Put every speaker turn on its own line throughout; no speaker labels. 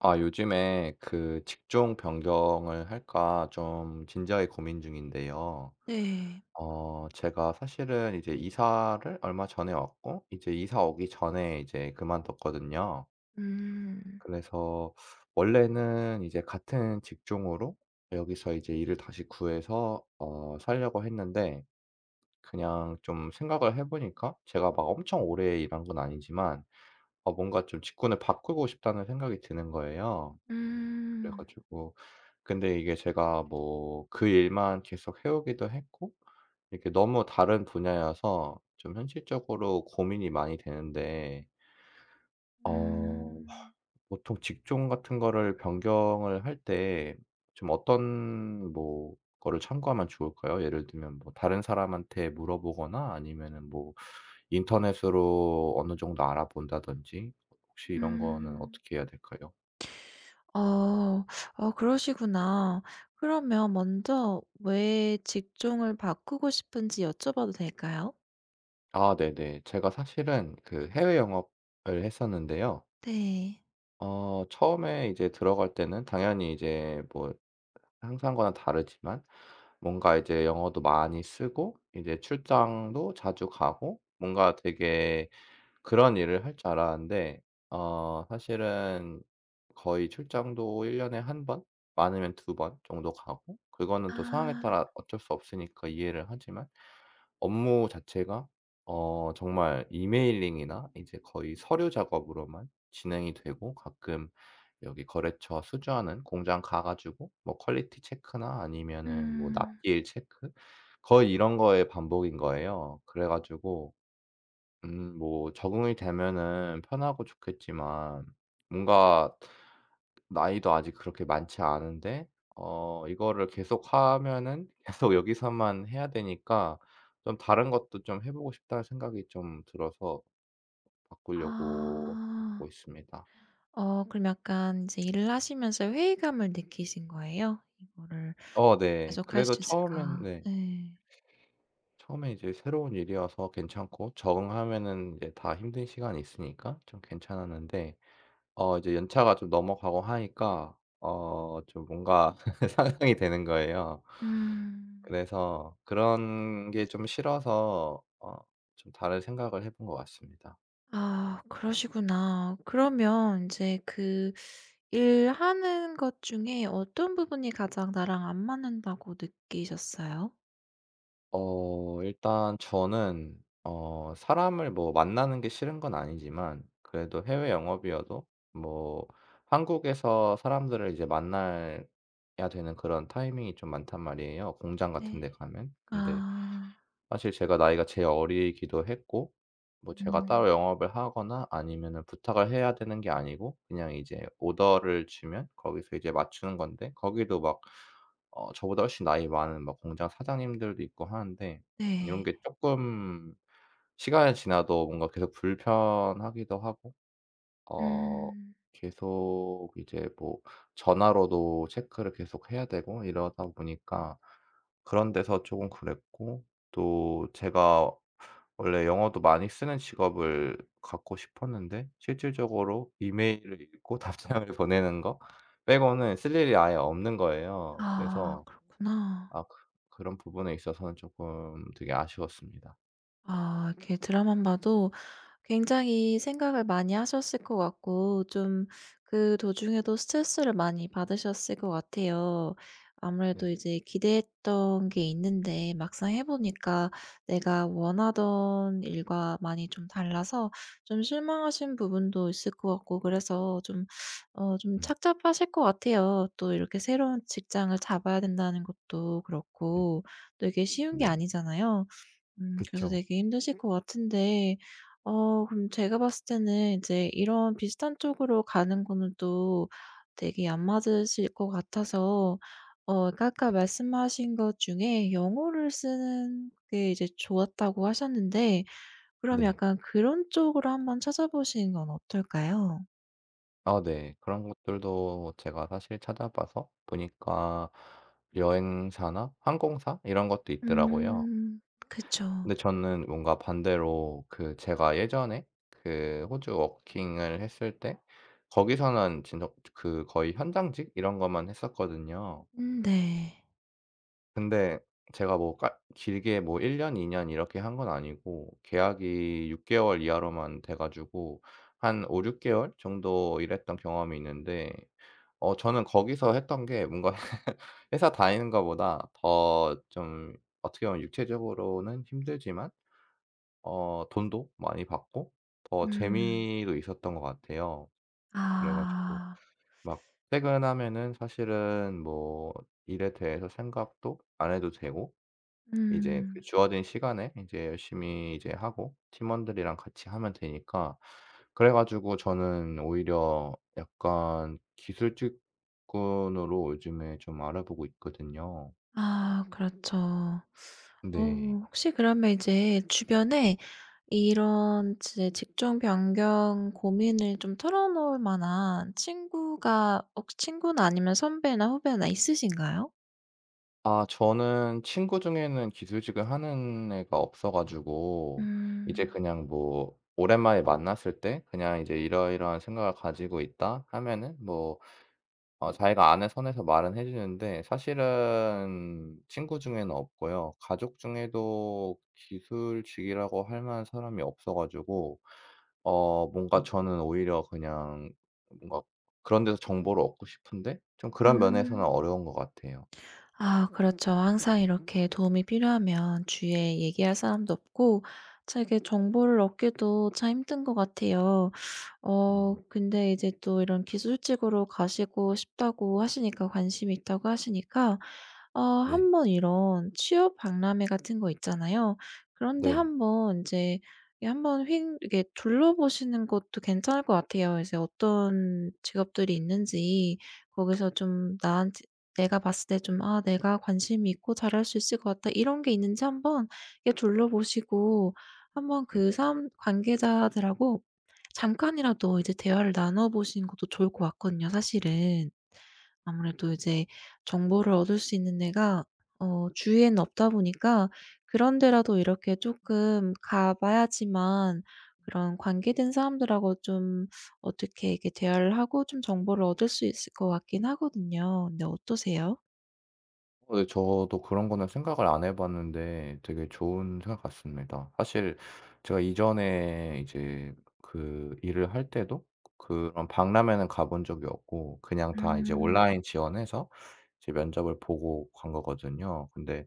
아, 요즘에 그 직종 변경을 할까 좀 진지하게 고민 중인데요.
네.
제가 사실은 이제 이사를 얼마 전에 왔고, 이제 이사 오기 전에 이제 그만뒀거든요.
음.
그래서 원래는 이제 같은 직종으로 여기서 이제 일을 다시 구해서 살려고 했는데, 그냥 좀 생각을 해보니까 제가 막 엄청 오래 일한 건 아니지만, 뭔가 좀 직군을 바꾸고 싶다는 생각이 드는 거예요.
음.
그래가지고, 근데 이게 제가 뭐 그 일만 계속 해 오기도 했고 이렇게 너무 다른 분야여서 좀 현실적으로 고민이 많이 되는데 어
음.
보통 직종 같은 거를 변경을 할 때 좀 어떤 뭐 거를 참고하면 좋을까요? 예를 들면 뭐 다른 사람한테 물어보거나 아니면은 뭐 인터넷으로 어느 정도 알아본다든지 혹시 이런 거는
음.
어떻게 해야 될까요?
어. 그러시구나. 그러면 먼저 왜 직종을 바꾸고 싶은지 여쭤봐도 될까요?
아 네네. 제가 사실은 그 해외 영업을 했었는데요.
네.
처음에 이제 들어갈 때는 당연히 이제 뭐 항상과는 다르지만 뭔가 이제 영어도 많이 쓰고 이제 출장도 자주 가고 뭔가 되게 그런 일을 할 줄 알았는데 사실은 거의 출장도 1 년에 한 번, 많으면 두 번 정도 가고 그거는 또 상황에
아.
따라 어쩔 수 없으니까 이해를 하지만 업무 자체가 정말 이메일링이나 이제 거의 서류 작업으로만 진행이 되고, 가끔 여기 거래처 수주하는 공장 가 가지고 뭐 퀄리티 체크나 아니면은 뭐
음.
납기일 체크, 거의 이런 거의 반복인 거예요. 그래 가지고 뭐 적응이 되면은 편하고 좋겠지만, 뭔가 나이도 아직 그렇게 많지 않은데 이거를 계속하면은 계속 여기서만 해야 되니까 좀 '다른 것도 좀 해 보고 싶다.'는 생각이 좀 들어서 바꾸려고
아.
하고 있습니다.
그럼 약간 이제 일을 하시면서 회의감을 느끼신 거예요? '이거를
네.
계속할
그래도
수
처음엔
있을까?'
네.
네.
처음에 이제 새로운 일이어서 괜찮고, 적응하면은 이제 다 힘든 시간이 있으니까 좀 괜찮았는데 이제 연차가 좀 넘어가고 하니까 좀 뭔가 상상이 되는 거예요.
음.
그래서 그런 게 좀 싫어서 좀 다른 생각을 해본 것 같습니다.
아 그러시구나. 그러면 이제 그 일하는 것 중에 어떤 부분이 가장 나랑 안 맞는다고 느끼셨어요?
일단 저는 사람을 뭐 만나는 게 싫은 건 아니지만 그래도 해외 영업이어도 뭐 한국에서 사람들을 이제 만나야 되는 그런 타이밍이 좀 많단 말이에요, 공장 같은
네.
데 가면. 근데
아.
사실 제가 나이가 제일 어리기도 했고, 뭐 제가
음.
따로 영업을 하거나 아니면은 부탁을 해야 되는 게 아니고 그냥 이제 오더를 주면 거기서 이제 맞추는 건데, 거기도 막 저보다 훨씬 나이 많은 막 공장 사장님들도 있고 하는데 이런
네.
게 조금 시간이 지나도 뭔가 계속 불편하기도 하고 어
음.
계속 이제 뭐 전화로도 체크를 계속 해야 되고 이러다 보니까 그런 데서 조금 그랬고, 또 제가 원래 영어도 많이 쓰는 직업을 갖고 싶었는데 실질적으로 이메일을 읽고 답장을 보내는 거 빼고는 쓸 일이 아예 없는 거예요.
아
그래서
그렇구나.
아 그 그런 부분에 있어서는 조금 되게 아쉬웠습니다.
아, 이렇게 드라마만 봐도 굉장히 생각을 많이 하셨을 것 같고, 좀 그 도중에도 스트레스를 많이 받으셨을 것 같아요.
네.
아무래도 이제 기대했던 게 있는데 막상 해 보니까 내가 원하던 일과 많이 좀 달라서, 좀 실망하신 부분도 있을 것 같고, 그래서 좀
음.
착잡하실 것 같아요. 또 이렇게 새로운 직장을 잡아야 된다는 것도
네.
그렇고, 또 이게 쉬운 게
네.
아니잖아요. 그래서
그쵸.
되게 힘드실 것 같은데, 그럼 제가 봤을 때는 이제 이런 비슷한 쪽으로 가는 거는 또 되게 안 맞으실 것 같아서, 그러니까 아까
네.
말씀하신 것 중에 영어를 쓰는 게 이제 좋았다고 하셨는데, 그럼
네.
약간 그런 쪽으로 한번 찾아보시는 건 어떨까요?
아 네. 그런 것들도 제가 사실 찾아봐서 보니까 여행사나 항공사 이런 것도 있더라고요.
음, 그쵸.
근데 저는 뭔가 반대로 그 제가 예전에 그 호주 워킹을 했을 때, 거기서는 진짜 그 거의 현장직 이런 것만 했었거든요.
음, 네.
근데 제가 뭐 깔 길게 뭐 1 년, 2년 이렇게 한 건 아니고 계약이 6 개월 이하로만 돼 가지고 한 5-6 개월 정도 일했던 경험이 있는데, 저는 거기서 했던 게 뭔가 회사 다니는 거보다 더 좀, 어떻게 보면 육체적으로는 힘들지만 돈도 많이 받고 더
음.
재미도 있었던 것 같아요. 그래 가지고
아.
막 퇴근하면은 사실은 뭐 일에 대해서 생각도 안 해도 되고, 이제 그
음.
주어진 시간에 이제 열심히 이제 하고 팀원들이랑 같이 하면 되니까, 그래 가지고 저는 오히려 약간 기술 직군으로 요즘에 좀 알아보고 있거든요.
아 그렇죠. 어
네.
혹시 그러면 이제 주변에 이런 지 직종 변경 고민을 좀 털어놓을 만한 친구가, 혹시 친구나 아니면 선배나 후배나 있으신가요?
아 저는 친구 중에는 기술직을 하는 애가 없어 가지고 이제
음.
그냥 뭐 오랜만에 만났을 때 그냥 이제 "이러이러한 생각을 가지고 있다." 하면은 뭐 자기가 아는 선에서 말은 해 주는데 사실은 친구 중에는 없고요. 가족 중에도 기술직이라고 할 만한 사람이 없어 가지고 뭔가 저는 오히려 그냥 뭔가 그런 데서 정보를 얻고 싶은데 좀 그런 면에서는
음.
어려운 것 같아요.
아 그렇죠. 항상 이렇게 도움이 필요하면 주위에 얘기할 사람도 없고, 자기 정보를 얻기도 참 힘든 것 같아요.
음.
근데 이제 또 이런 기술직으로 가시고 싶다고 하시니까, 관심이 있다고 하시니까
네.
한번 이런 취업 박람회 같은 거 있잖아요. 그런데
네.
한번 이제, 예, 한번 휙 이렇게 둘러보시는 것도 괜찮을 것 같아요. 이제 어떤 직업들이 있는지, 거기서 좀 나한테, 내가 봤을 때 좀 '아, 내가 관심이 있고 잘할 수 있을 것 같다.' 이런 게 있는지 한번 이렇게 둘러보시고, 한번 그 사람 관계자들하고 잠깐이라도 이제 대화를 나눠 보시는 것도 좋을 것 같거든요, 사실은. 아무래도 이제 정보를 얻을 수 있는 데가 주위에는 없다 보니까, 그런 데라도 이렇게 조금 가 봐야지만 그런 관계된 사람들하고 좀 어떻게 이렇게 대화를 하고 좀 정보를 얻을 수 있을 것 같긴 하거든요. 근데 어떠세요?
네. 저도 그런 거는 생각을 안 해 봤는데 되게 좋은 생각 같습니다. 사실 제가 이전에 이제 그 일을 할 때도 그런 박람회는 가본 적이 없고 그냥 다 이제
음.
온라인 지원해서 이제 면접을 보고 간 거거든요. 근데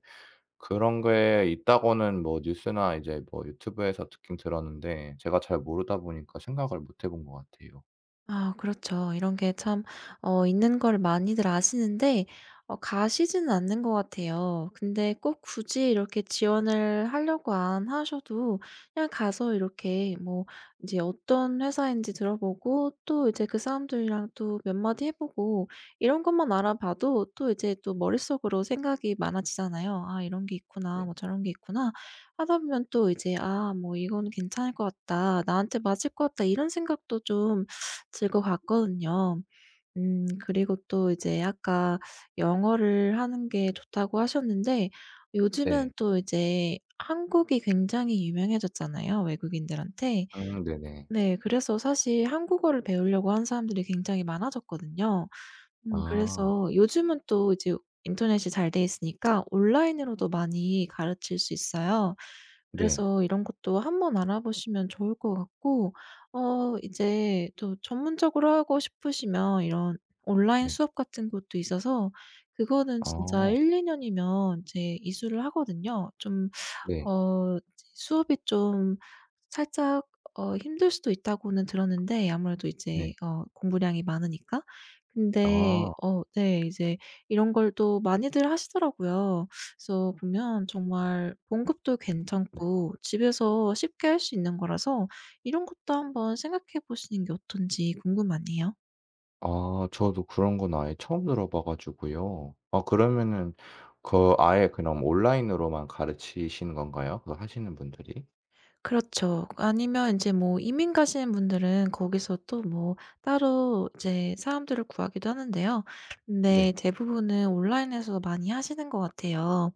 그런 게 있다고는 뭐 뉴스나 이제 뭐 유튜브에서 듣긴 들었는데 제가 잘 모르다 보니까 생각을 못 해본 것 같아요.
아 그렇죠. 이런 게 참 있는 걸 많이들 아시는데, 가시지는 않는 것 같아요. 근데 꼭 굳이 이렇게 지원을 하려고 안 하셔도, 그냥 가서 이렇게 뭐 이제 어떤 회사인지 들어보고, 또 이제 그 사람들이랑 또 몇 마디 해 보고, 이런 것만 알아봐도 또 이제 또 머릿속으로 생각이 많아지잖아요. '아, 이런 게 있구나.
네.
뭐 저런 게 있구나.' 하다 보면 또 이제 '아, 뭐 이건 괜찮을 것 같다. 나한테 맞을 것 같다.' 이런 생각도 좀 질 것 같거든요. 그리고 또 이제 아까 영어를 하는 게 좋다고 하셨는데, 요즘은
네.
또 이제 한국이 굉장히 유명해졌잖아요, 외국인들한테.
네네.
네, 그래서 사실 한국어를 배우려고 하는 사람들이 굉장히 많아졌거든요.
아.
그래서 요즘은 또 이제 인터넷이 잘 돼 있으니까 온라인으로도 많이 가르칠 수 있어요.
네.
그래서 이런 것도 한번 알아보시면 좋을 것 같고, 이제 또 전문적으로 하고 싶으시면 이런 온라인
네.
수업 같은 것도 있어서, 그거는 진짜
아.
1-2 년이면 이제 이수를 하거든요. 좀
네.
어 수업이 좀 살짝 힘들 수도 있다고는 들었는데, 아무래도 이제
네.
공부량이 많으니까. 근데
아
네, 이제 이런 걸 또 많이들 하시더라고요. 그래서 보면 정말 봉급도
네.
괜찮고 집에서 쉽게 할 수 있는 거라서 이런 것도 한번 생각해 보시는 게 어떤지 궁금하네요.
아 저도 그런 건 아예 처음 들어봐 가지고요. 아 그러면은 그 아예 그냥 온라인으로만 가르치시는 건가요? 그 하시는 분들이?
그렇죠. 아니면 인제 뭐 이민 가시는 분들은 거기서 또 뭐 따로 이제 사람들을 구하기도 하는데요. 근데
네.
대부분은 온라인에서 많이 하시는 것 같아요.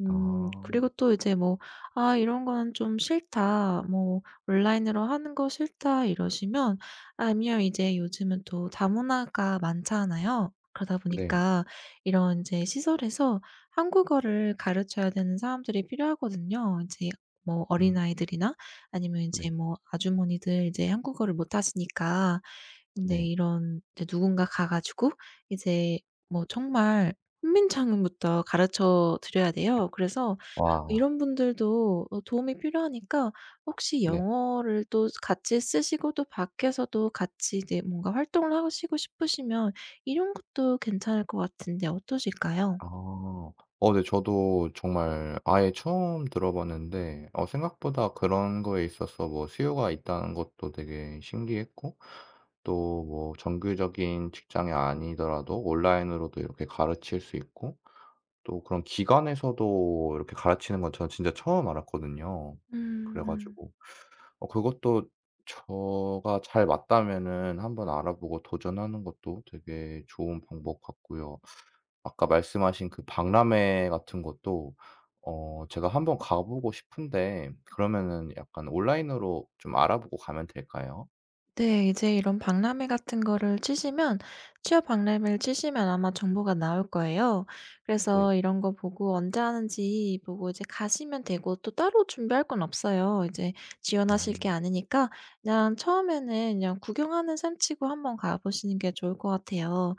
아
그리고 또 이제 뭐 '아, 이런 거는 좀 싫다. 뭐 온라인으로 하는 거 싫다.' 이러시면, 아니면 이제 요즘은 또 다문화가 많잖아요. 그러다
네.
보니까 이런 이제 시설에서 한국어를 가르쳐야 되는 사람들이 필요하거든요. 이제 뭐
음
어린아이들이나, 아니면 이제
네.
뭐 아주머니들 이제 한국어를 못 하시니까. 근데
네.
이런 이제 누군가 가 가지고 이제 뭐 정말 훈민창음부터 가르쳐 드려야 돼요. 그래서
와
이런 분들도 도움이 필요하니까, 혹시
네.
영어를 또 같이 쓰시고 또 밖에서도 같이 이제 뭔가 활동을 하시고 싶으시면 이런 것도 괜찮을 것 같은데, 어떠실까요?
아. 네 저도 정말 아예 처음 들어봤는데 생각보다 그런 거에 있어서 뭐 수요가 있다는 것도 되게 신기했고, 또 뭐 정규적인 직장이 아니더라도 온라인으로도 이렇게 가르칠 수 있고 또 그런 기관에서도 이렇게 가르치는 건 저는 진짜 처음 알았거든요. 그래
음.
가지고 그것도 저가 잘 맞다면은 한번 알아보고 도전하는 것도 되게 좋은 방법 같고요. 아까 말씀하신 그 박람회 같은 것도 제가 한번 가 보고 싶은데, 그러면은 약간 온라인으로 좀 알아보고 가면 될까요?
네. 이제 이런 박람회 같은 거를 치시면, 취업 박람회를 치시면 아마 정보가 나올 거예요.
네.
그래서 이런 거 보고 언제 하는지 보고 이제 가시면 되고, 또 따로 준비할 건 없어요. 이제 지원하실 게
음.
아니니까 그냥 처음에는 그냥 구경하는 셈치고 한번 가 보시는 게 좋을 것 같아요.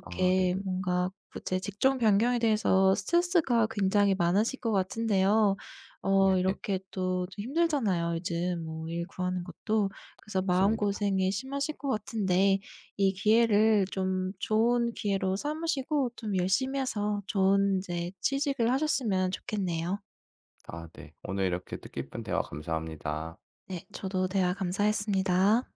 아 네네.
뭔가 제 직종 변경에 대해서 스트레스가 굉장히 많으실 것 같은데요. 이렇게 또좀 힘들잖아요, 요즘 뭐 일 구하는 것도. 그래서
맞습니다.
마음고생이 심하실 것 같은데, 이 기회를 좀 좋은 기회로 삼으시고 좀 열심히 해서 좋은 이제 취직을 하셨으면 좋겠네요.
아 네. 오늘 이렇게 뜻깊은 대화 감사합니다.
네. 저도 대화 감사했습니다.